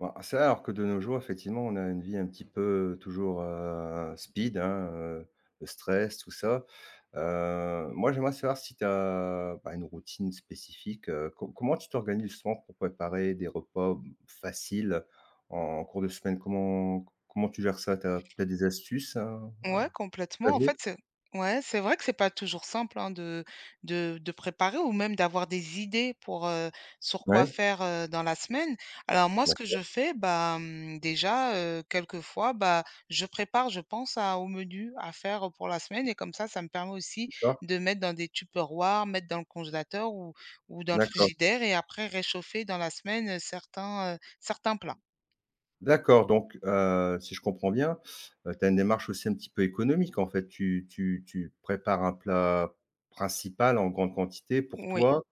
Bah, ça, alors que de nos jours, effectivement, on a une vie un petit peu toujours, speed, hein, le stress, tout ça. Moi, j'aimerais savoir si tu as, bah, une routine spécifique, co comment tu t'organises justement pour préparer des repas, faciles en cours de semaine? Comment tu gères ça? Tu as peut-être des astuces, hein, à Ouais, complètement. En partager? fait, c'est ouais, c'est vrai que c'est pas toujours simple, hein, de de préparer ou même d'avoir des idées pour, sur quoi Oui. faire, dans la semaine. Alors moi, ce que je fais, bah, mmh, déjà, quelquefois, bah, je prépare, je pense à au menu à faire, pour la semaine et comme ça me permet aussi D'accord. de mettre dans des tupperwares, mettre dans le congélateur ou dans le D'accord. frigidaire et après réchauffer dans la semaine, certains, certains plats. D'accord, donc si je comprends bien, tu as une démarche aussi un petit peu économique en fait. Tu prépares un plat principal en grande quantité pour Oui. toi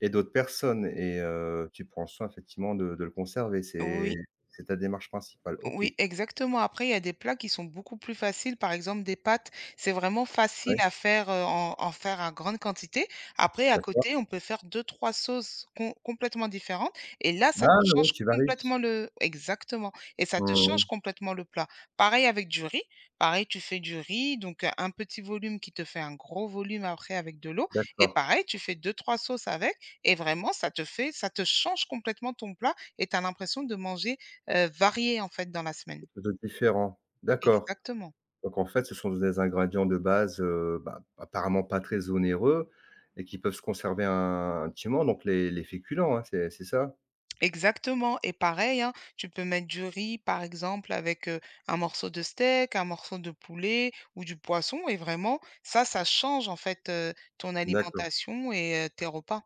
et d'autres personnes, et tu prends soin effectivement de le conserver. C'est Oui. c'est ta démarche principale. OK. Oui, exactement. Après, il y a des plats qui sont beaucoup plus faciles. Par exemple, des pâtes, c'est vraiment facile Ouais, à faire, en en faire à grande quantité. Après, à d'accord. côté, on peut faire deux, trois sauces complètement différentes et là, ça te Ah oui, change tu varies. complètement le exactement et ça te Mmh. change complètement le plat. Pareil avec du riz. Pareil, tu fais du riz, donc un petit volume qui te fait un gros volume après avec de l'eau et D'accord, pareil, tu fais deux, trois sauces avec et vraiment, ça te fait ça te change complètement ton plat et tu as l'impression de manger varié en fait dans la semaine. quelque chose de différent. D'accord. Exactement, Donc en fait, ce sont des ingrédients de base, bah, apparemment pas très onéreux et qui peuvent se conserver un petit moment, donc les féculents, hein, c'est ça? exactement et pareil, hein, tu peux mettre du riz par exemple avec, un morceau de steak, un morceau de poulet ou du poisson et vraiment ça, ça change en fait, ton D'accord. alimentation et tes repas.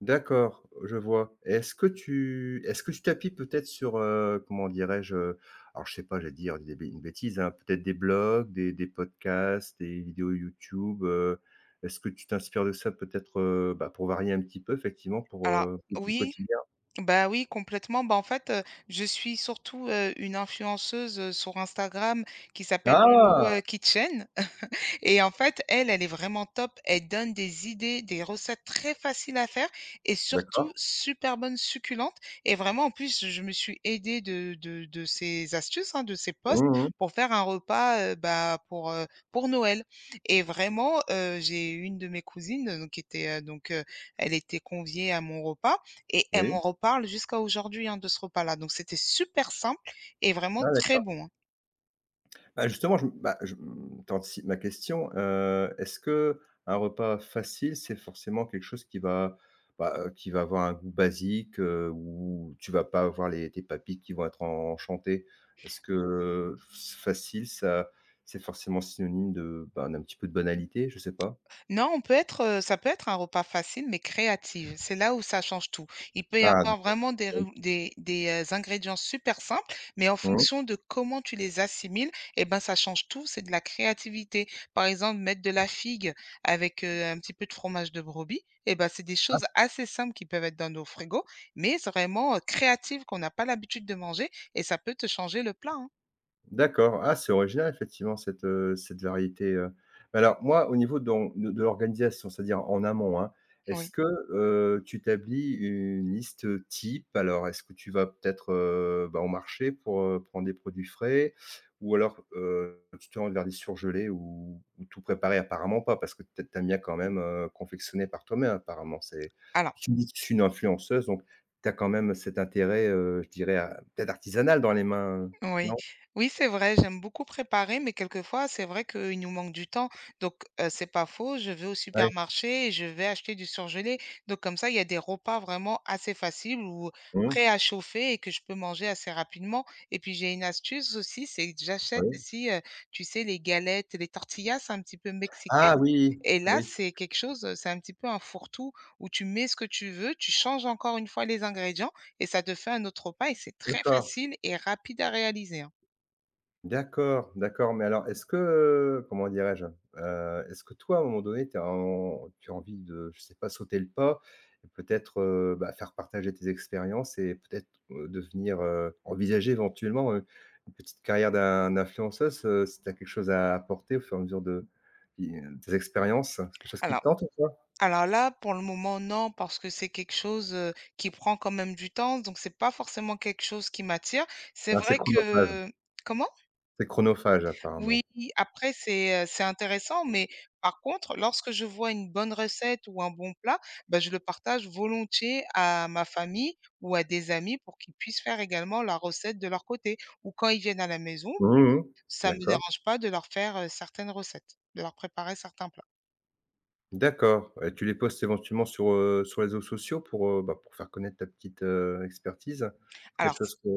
D'accord, je vois. Est-ce que tu t'appuies peut-être sur, comment dirais-je, alors je sais pas, j'allais dire des bé une bêtise, hein, peut-être des blogs, des podcasts, des vidéos YouTube, est-ce que tu t'inspires de ça peut-être, bah, pour varier un petit peu effectivement pour, Alors le oui. quotidien? Bah oui, complètement. Bah, en fait, je suis surtout, une influenceuse, sur Instagram qui s'appelle Loulou, Ah! Kitchen. Et en fait, elle, elle est vraiment top. Elle donne des idées, des recettes très faciles à faire et surtout D'accord. super bonnes, succulentes. Et vraiment, en plus, je me suis aidée de de ses astuces, hein, de ses posts Mmh. pour faire un repas, bah, pour Noël. Et vraiment, j'ai une de mes cousines, donc qui était, donc, elle était conviée à mon repas et elle Oui. m'en reparle jusqu'à aujourd'hui, hein, de ce repas-là. Donc c'était super simple et vraiment Ah, très d'accord. bon, hein. Bah, justement, je bah, je t'anticipes ma question, est-ce que un repas facile, c'est forcément quelque chose qui va, bah, qui va avoir un goût basique, où tu vas pas avoir les tes papilles qui vont être enchantées? Est-ce que facile, ça c'est forcément synonyme de, ben, d'un petit peu de banalité? Je sais pas. Non, on peut être, ça peut être un repas facile mais créatif. C'est là où ça change tout. Il peut y Ah, avoir d'accord. vraiment des Oui. rou des, ingrédients super simples, mais en Mmh. fonction de comment tu les assimiles et ben, ça change tout, c'est de la créativité. Par exemple, mettre de la figue avec, un petit peu de fromage de brebis et ben c'est des choses assez simples qui peuvent être dans nos frigos, mais c'est vraiment, créatif qu'on n'a pas l'habitude de manger et ça peut te changer le plat, hein. D'accord. Ah, c'est original effectivement cette, cette variété. Mais alors moi, au niveau de l'organisation, c'est-à-dire en amont, hein, est-ce Oui. que, tu établis une liste, type? Alors est-ce que tu vas peut-être, bah, au marché pour, prendre des produits frais? Ou alors, tu te rends vers des surgelés ou tout préparé? Apparemment pas, parce que tu aimes bien quand même, confectionner par toi-même apparemment. C'est Alors Tu me dis que tu suis une influenceuse, donc tu as quand même cet intérêt, je dirais, a peut-être artisanal dans les mains, oui, non? oui, c'est vrai, j'aime beaucoup préparer, mais quelquefois, c'est vrai qu'il nous manque du temps. Donc, c'est pas faux, je vais au Ouais. supermarché et je vais acheter du surgelé. Donc, comme ça, il y a des repas vraiment assez faciles ou Mmh. prêts à chauffer et que je peux manger assez rapidement. Et puis, j'ai une astuce aussi, c'est que j'achète Oui. aussi, tu sais, les galettes, les tortillas, c'est un petit peu Ah mexicaines. oui, Et là, oui, t c'est quelque chose, c'est un petit peu un fourre-tout où tu mets ce que tu veux, tu changes encore une fois les ingrédients et ça te fait un autre repas et c'est très d'accord, facile et rapide à réaliser, hein. d'accord, d'accord, mais alors est-ce que, comment dirais-je? Est-ce que toi, à un moment donné, tu as envie de, je sais pas, sauter le pas et peut-être, bah, faire partager tes expériences et peut-être, envisager éventuellement, une petite carrière d'influenceuse, si tu as quelque chose à apporter au fur et à mesure de i tes expériences? C'est quelque chose qui te Alors tente ou pas? alors là, pour le moment, non, parce que c'est quelque chose, qui prend quand même du temps, donc c'est pas forcément quelque chose qui m'attire. C'est Ah, vrai que comment? c'est chronophage apparemment. Oui, après c'est intéressant, mais par contre, lorsque je vois une bonne recette ou un bon plat, ben je le partage volontiers à ma famille ou à des amis pour qu'ils puissent faire également la recette de leur côté ou quand ils viennent à la maison, Mmh mh. ça ne me D'accord. dérange pas de leur faire, certaines recettes, de leur préparer certains plats. D'accord, et tu les postes éventuellement sur, sur les réseaux sociaux pour, faire connaître ta petite, expertise? C'est quelque Alors chose que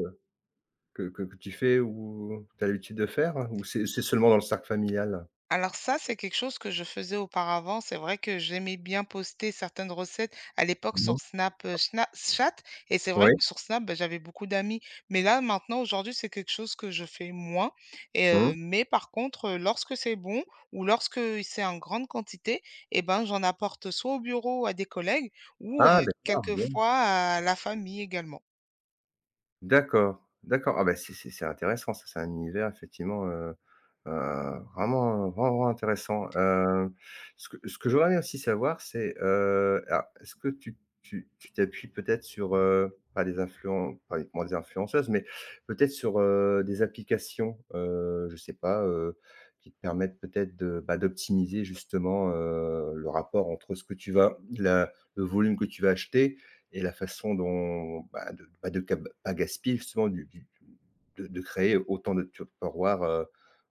que que que tu fais ou tu as l'habitude de faire? Ou c'est seulement dans le cercle familial? Alors ça, c'est quelque chose que je faisais auparavant. C'est vrai que j'aimais bien poster certaines recettes à l'époque sur Mmh. Snap, Snapchat et c'est vrai Oui. que sur Snap, bah, j'avais beaucoup d'amis. Mais là, maintenant, aujourd'hui, c'est quelque chose que je fais moins et Mmh. Mais par contre, lorsque c'est bon ou lorsque c'est en grande quantité et ben, j'en apporte soit au bureau à des collègues ou, Ah, d'accord. quelquefois à la famille également. D'accord, d'accord. Ah bah, c'est intéressant ça, c'est un univers effectivement, heu, vraiment, vraiment, vraiment intéressant. Ce que j'aurais aimé aussi savoir, c'est, alors est-ce que tu t'appuies peut-être sur, pas uniquement des influenceuses, mais peut-être sur, des applications, je sais pas, qui te permettent peut-être de, bah, d'optimiser justement, le rapport entre ce que tu vas, la le volume que tu vas acheter et la façon dont, bah, de pas de cap pas gaspiller justement du de créer autant de tiroirs, heu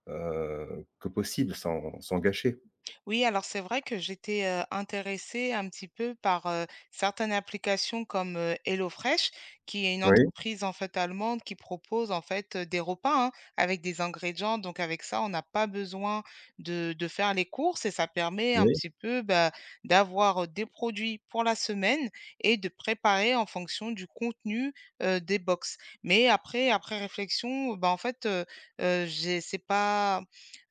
heu, que possible sans gâcher. Oui, alors c'est vrai que j'étais, intéressée un petit peu par, certaines applications comme, HelloFresh, qui est une Oui, entreprise, en fait, allemande qui propose, en fait, des repas, hein, avec des ingrédients. Donc avec ça, on n'a pas besoin de faire les courses et ça permet un oui, petit peu, bah, d'avoir, des produits pour la semaine et de préparer en fonction du contenu, des box. Mais après après réflexion, bah, en fait, j'ai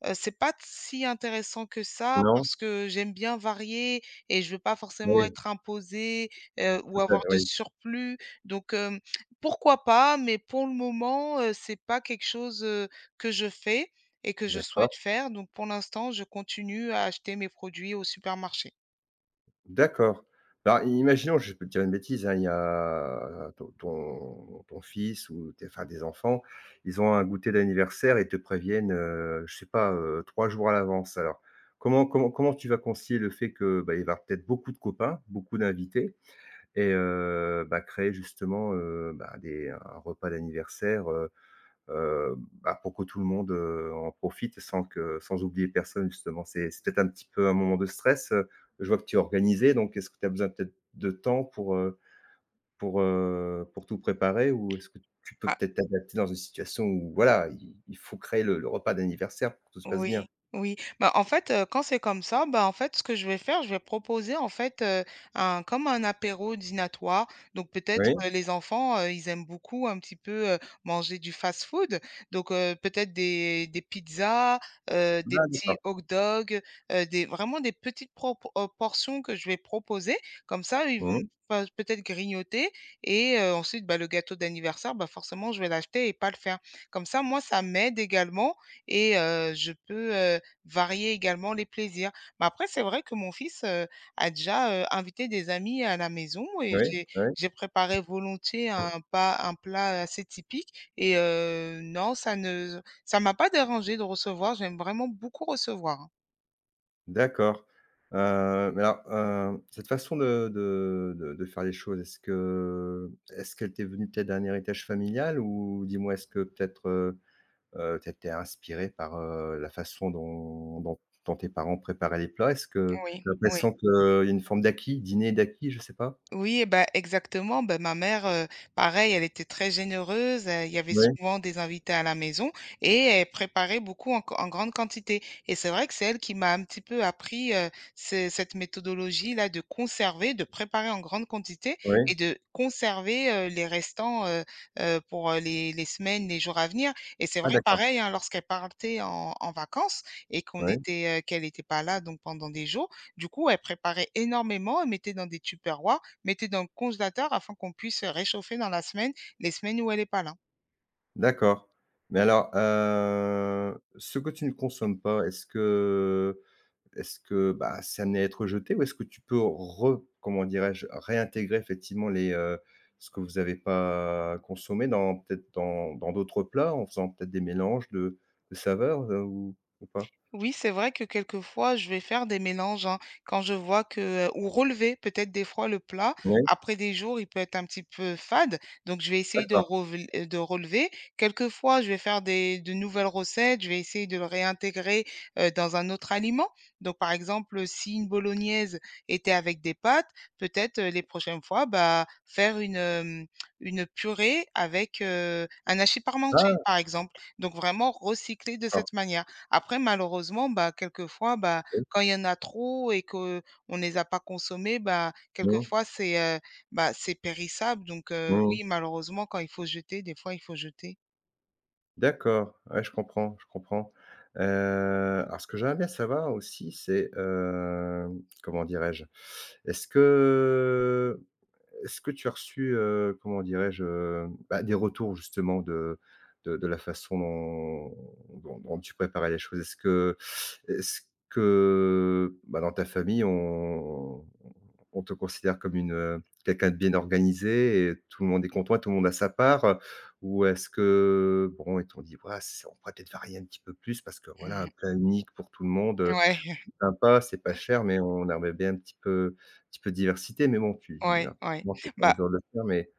C'est pas si intéressant que ça non, parce que j'aime bien varier et je veux pas forcément oui, être imposée, ou tout à avoir de oui, surplus donc pourquoi pas? Mais pour le moment, c'est pas quelque chose, que je fais et que je souhaite d'accord. faire donc pour l'instant, je continue à acheter mes produits au supermarché. D'accord. Bah, imaginons, je peux te dire une bêtise, hein, il y a ton fils ou tes enfin des enfants, ils ont un goûter d'anniversaire et te préviennent, je sais pas, 3 jours à l'avance. Alors, comment tu vas concilier le fait que, bah, il va y avoir peut-être beaucoup de copains, beaucoup d'invités. Et bah, créer justement, bah, des un repas d'anniversaire, heu, bah, pour que tout le monde, en profite sans que sans oublier personne justement. C'est peut-être un petit peu un moment de stress, je vois que tu es organisé, donc est-ce que tu as besoin peut-être de temps pour, pour tout préparer? Ou est-ce que tu peux peut-être t'adapter dans une situation où voilà, il faut créer le repas d'anniversaire pour que tout se passe Oui, bien? oui. Bah, en fait, quand c'est comme ça, bah, en fait, ce que je vais faire, je vais proposer, en fait, un comme un apéro dînatoire. Donc peut-être, Oui? Les enfants, ils aiment beaucoup un petit peu, manger du fast-food. Donc, peut-être des pizzas, des Ah, petits d'accord. hot dogs, des vraiment des petites propo portions que je vais proposer. Comme ça, ils vont Mmh. pas peut-être grignoter et ensuite, bah, le gâteau d'anniversaire, bah, forcément, je vais l'acheter et pas le faire. Comme ça, moi, ça m'aide également et je peux, varier également les plaisirs. Mais après, c'est vrai que mon fils, a déjà, invité des amis à la maison et Oui, j'ai oui. j'ai préparé volontiers un pas un plat assez typique et non, ça ne ça m'a pas dérangé de recevoir. J'aime vraiment beaucoup recevoir, hein. D'accord. Mais alors, cette façon de faire les choses, est-ce qu'elle t'est venue peut-être d'un héritage familial? Ou dis-moi, est-ce que peut-être, tu étais inspiré par, la façon dont tes parents préparaient les plats? Est-ce que Oui, tu as oui. l'impression qu'il y a une forme d'acquis, dîner d'acquis, je sais pas? Oui et bah, exactement, Ben ma mère, pareil, elle était très généreuse, il y avait Oui, souvent des invités à la maison et elle préparait beaucoup en en grande quantité et c'est vrai que c'est elle qui m'a un petit peu appris, ce cette méthodologie-là de conserver, de préparer en grande quantité oui. et de conserver, les restants, pour, les semaines, les jours à venir et c'est Ah, vrai d'accord, pareil, hein, lorsqu'elle partait en en vacances et qu'on oui, était, qu'elle était pas là donc pendant des jours, du coup, elle préparait énormément, elle mettait dans des tupperwares mettez dans le congélateur afin qu'on puisse réchauffer dans la semaine, les semaines où elle est pas là. d'accord. Mais alors, ce que tu ne consommes pas, Est-ce que, bah, ça à être jeté ou est-ce que tu peux re comment dirais-je? Réintégrer effectivement ce que vous n'avez pas consommé dans peut-être dans d'autres plats en faisant peut-être des mélanges de saveurs, ou pas? Oui, c'est vrai que quelquefois, je vais faire des mélanges, hein, quand je vois que ou relever peut-être des fois le plat. Oui, Après des jours, il peut être un petit peu fade, donc je vais essayer de d'accord. revel de relever. Quelquefois, je vais faire des de nouvelles recettes, je vais essayer de le réintégrer, dans un autre aliment. Donc par exemple, si une bolognaise était avec des pâtes, peut-être, les prochaines fois, bah, faire une, une purée avec, un hachis parmentier, Ah, par exemple. Donc vraiment recycler de d'accord, cette manière. Après malheureusement, bah, quelquefois, bah, oui. quand il y en a trop et que qu'on les a pas consommés, bah, Mmh. quelquefois c'est, bah, c'est périssable donc Mmh. oui malheureusement quand il faut jeter, des fois il faut jeter. D'accord, ouais, je comprends, je comprends. Heu, alors ce que j'aimerais bien savoir aussi, c'est, comment dirais-je? Est-ce que Est-ce que tu as reçu, comment dirais-je, bah, des retours justement de la façon dont tu préparais les choses? Est-ce que, bah, dans ta famille, on te considère comme quelqu'un de bien organisé, et tout le monde est content et tout le monde a sa part? Ou est-ce que, bon, et on dit: «Voilà, c'est on pourrait peut-être varier un petit peu plus parce que voilà, un Mmh. plat unique pour tout le monde, Ouais, sympa, c'est pas cher, mais on aimerait bien un petit peu de diversité, mais bon, tu hein, ouais, ouais. forcément, tu es pas en Bah, mesure de le faire, mais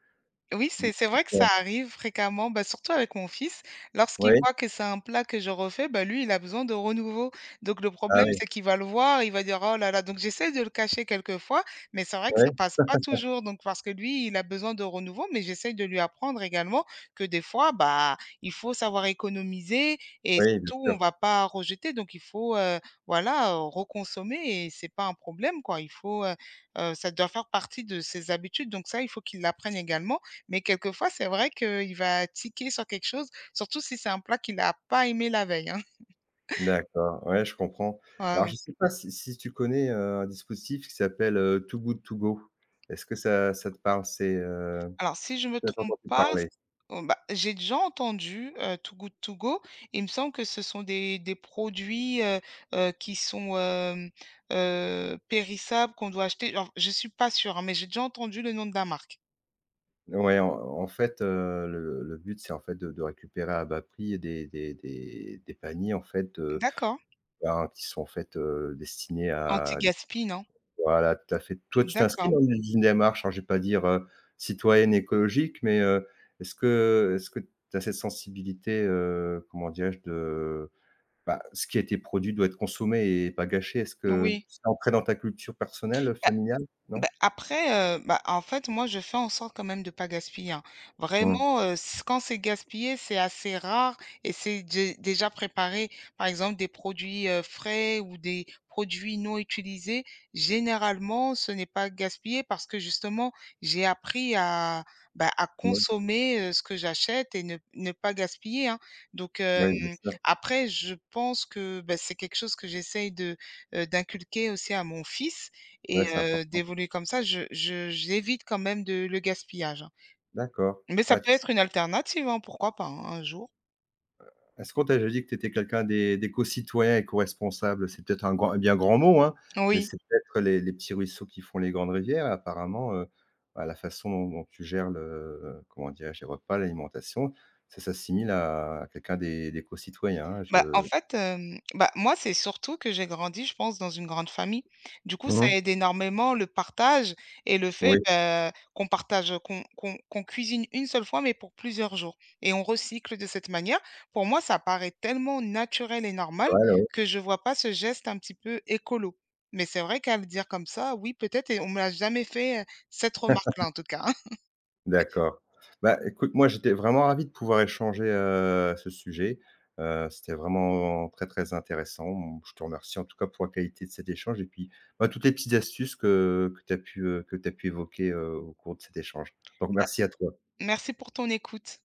oui, c'est vrai que ça dis-moi. arrive fréquemment, bah, surtout avec mon fils. Lorsqu'il Oui, voit que c'est un plat que je refais, bah, lui, il a besoin de renouveau. Donc le ah problème, oui, c'est qu'il va le voir, il va dire: «Oh là là». Donc j'essaie de le cacher quelquefois, mais c'est vrai que ça oui, passe pas toujours. Donc parce que lui, il a besoin de renouveau, mais j'essaie de lui apprendre également que des fois, bah, il faut savoir économiser et oui, bien surtout on sûr. va pas rejeter. Donc il faut, voilà, reconsommer et c'est pas un problème, quoi. Il faut, ça doit faire partie de ses habitudes. Donc ça, il faut qu'il l'apprenne également mais quelquefois, c'est vrai qu'il va tiquer sur quelque chose, surtout si c'est un plat qu'il a pas aimé la veille, hein. D'accord, ouais, je comprends. Ah Alors je oui. sais pas si tu connais, un dispositif qui s'appelle, Too Good To Go? Est-ce que ça te parle? Alors si je me Tu as trompe entendu pas, s parler? oh bah, j'ai déjà entendu, Too Good To Go. Il me semble que ce sont des produits, qui sont, périssables, qu'on doit acheter. Alors je suis pas sûre, hein, mais j'ai déjà entendu le nom de la marque. Ouais, en fait, le but, c'est en fait de récupérer à bas prix des paniers en fait, D'accord. ben, qui sont en fait, destinés à… Anti-gaspi, non? Voilà, tout à fait. Toi, tu t'inscris D'accord. dans une démarche, alors je vais pas dire, citoyenne écologique, mais, est-ce que tu as cette sensibilité, comment dirais-je, de, bah, ce qui a été produit doit être consommé et pas gâché? Est-ce que Oui. c'est ancré dans ta culture personnelle, familiale? Non? Bah, après, bah, en fait, moi, je fais en sorte quand même de pas gaspiller, hein. Mmh. Vraiment, c quand c'est gaspillé, c'est assez rare et c'est dé déjà préparé. Par exemple, des produits, frais ou des produits non utilisés, généralement, ce n'est pas gaspillé parce que justement, j'ai appris à, bah, à Non. consommer, ce que j'achète et ne pas gaspiller, hein. Donc Oui, bien sûr. après, je pense que, bah, c'est quelque chose que j'essaye de, d'inculquer aussi à mon fils. Ouais, Et c'est important. d'évoluer comme ça, je j'évite quand même de le gaspillage, hein. D'accord. Mais ça Bah, peut tu être une alternative, hein, pourquoi pas, hein, un jour. Est-ce qu'on t'a déjà dit que tu étais quelqu'un d'éco-citoyen, éco-responsable? C'est peut-être un bien grand mot, hein, mais Oui. c'est peut-être les petits ruisseaux qui font les grandes rivières. Apparemment, bah, la façon dont tu gères le comment dire, je Les repas, l'alimentation, ça s'assimile à quelqu'un d'éco-citoyen, hein, Bah, en je fait, bah, moi, c'est surtout que j'ai grandi, je pense, dans une grande famille. Du coup, ça Mmh, aide énormément le partage et le fait, oui, bah, qu'on partage, qu'on cuisine une seule fois, mais pour plusieurs jours et on recycle de cette manière. Pour moi, ça paraît tellement naturel et normal ouais, ouais. que je vois pas ce geste un petit peu écolo. Mais c'est vrai qu'à le dire comme ça, oui, peut-être et on me l'a jamais fait, cette remarque-là, en tout cas, D'accord. Bah, écoute, moi, j'étais vraiment ravi de pouvoir échanger, ce sujet. C'était vraiment très, très intéressant. Bon, je te remercie, en tout cas, pour la qualité de cet échange, et puis, bah, toutes les petites astuces que tu as pu, que tu pu évoquer, au cours de cet échange. Donc Bah, merci à toi. merci pour ton écoute.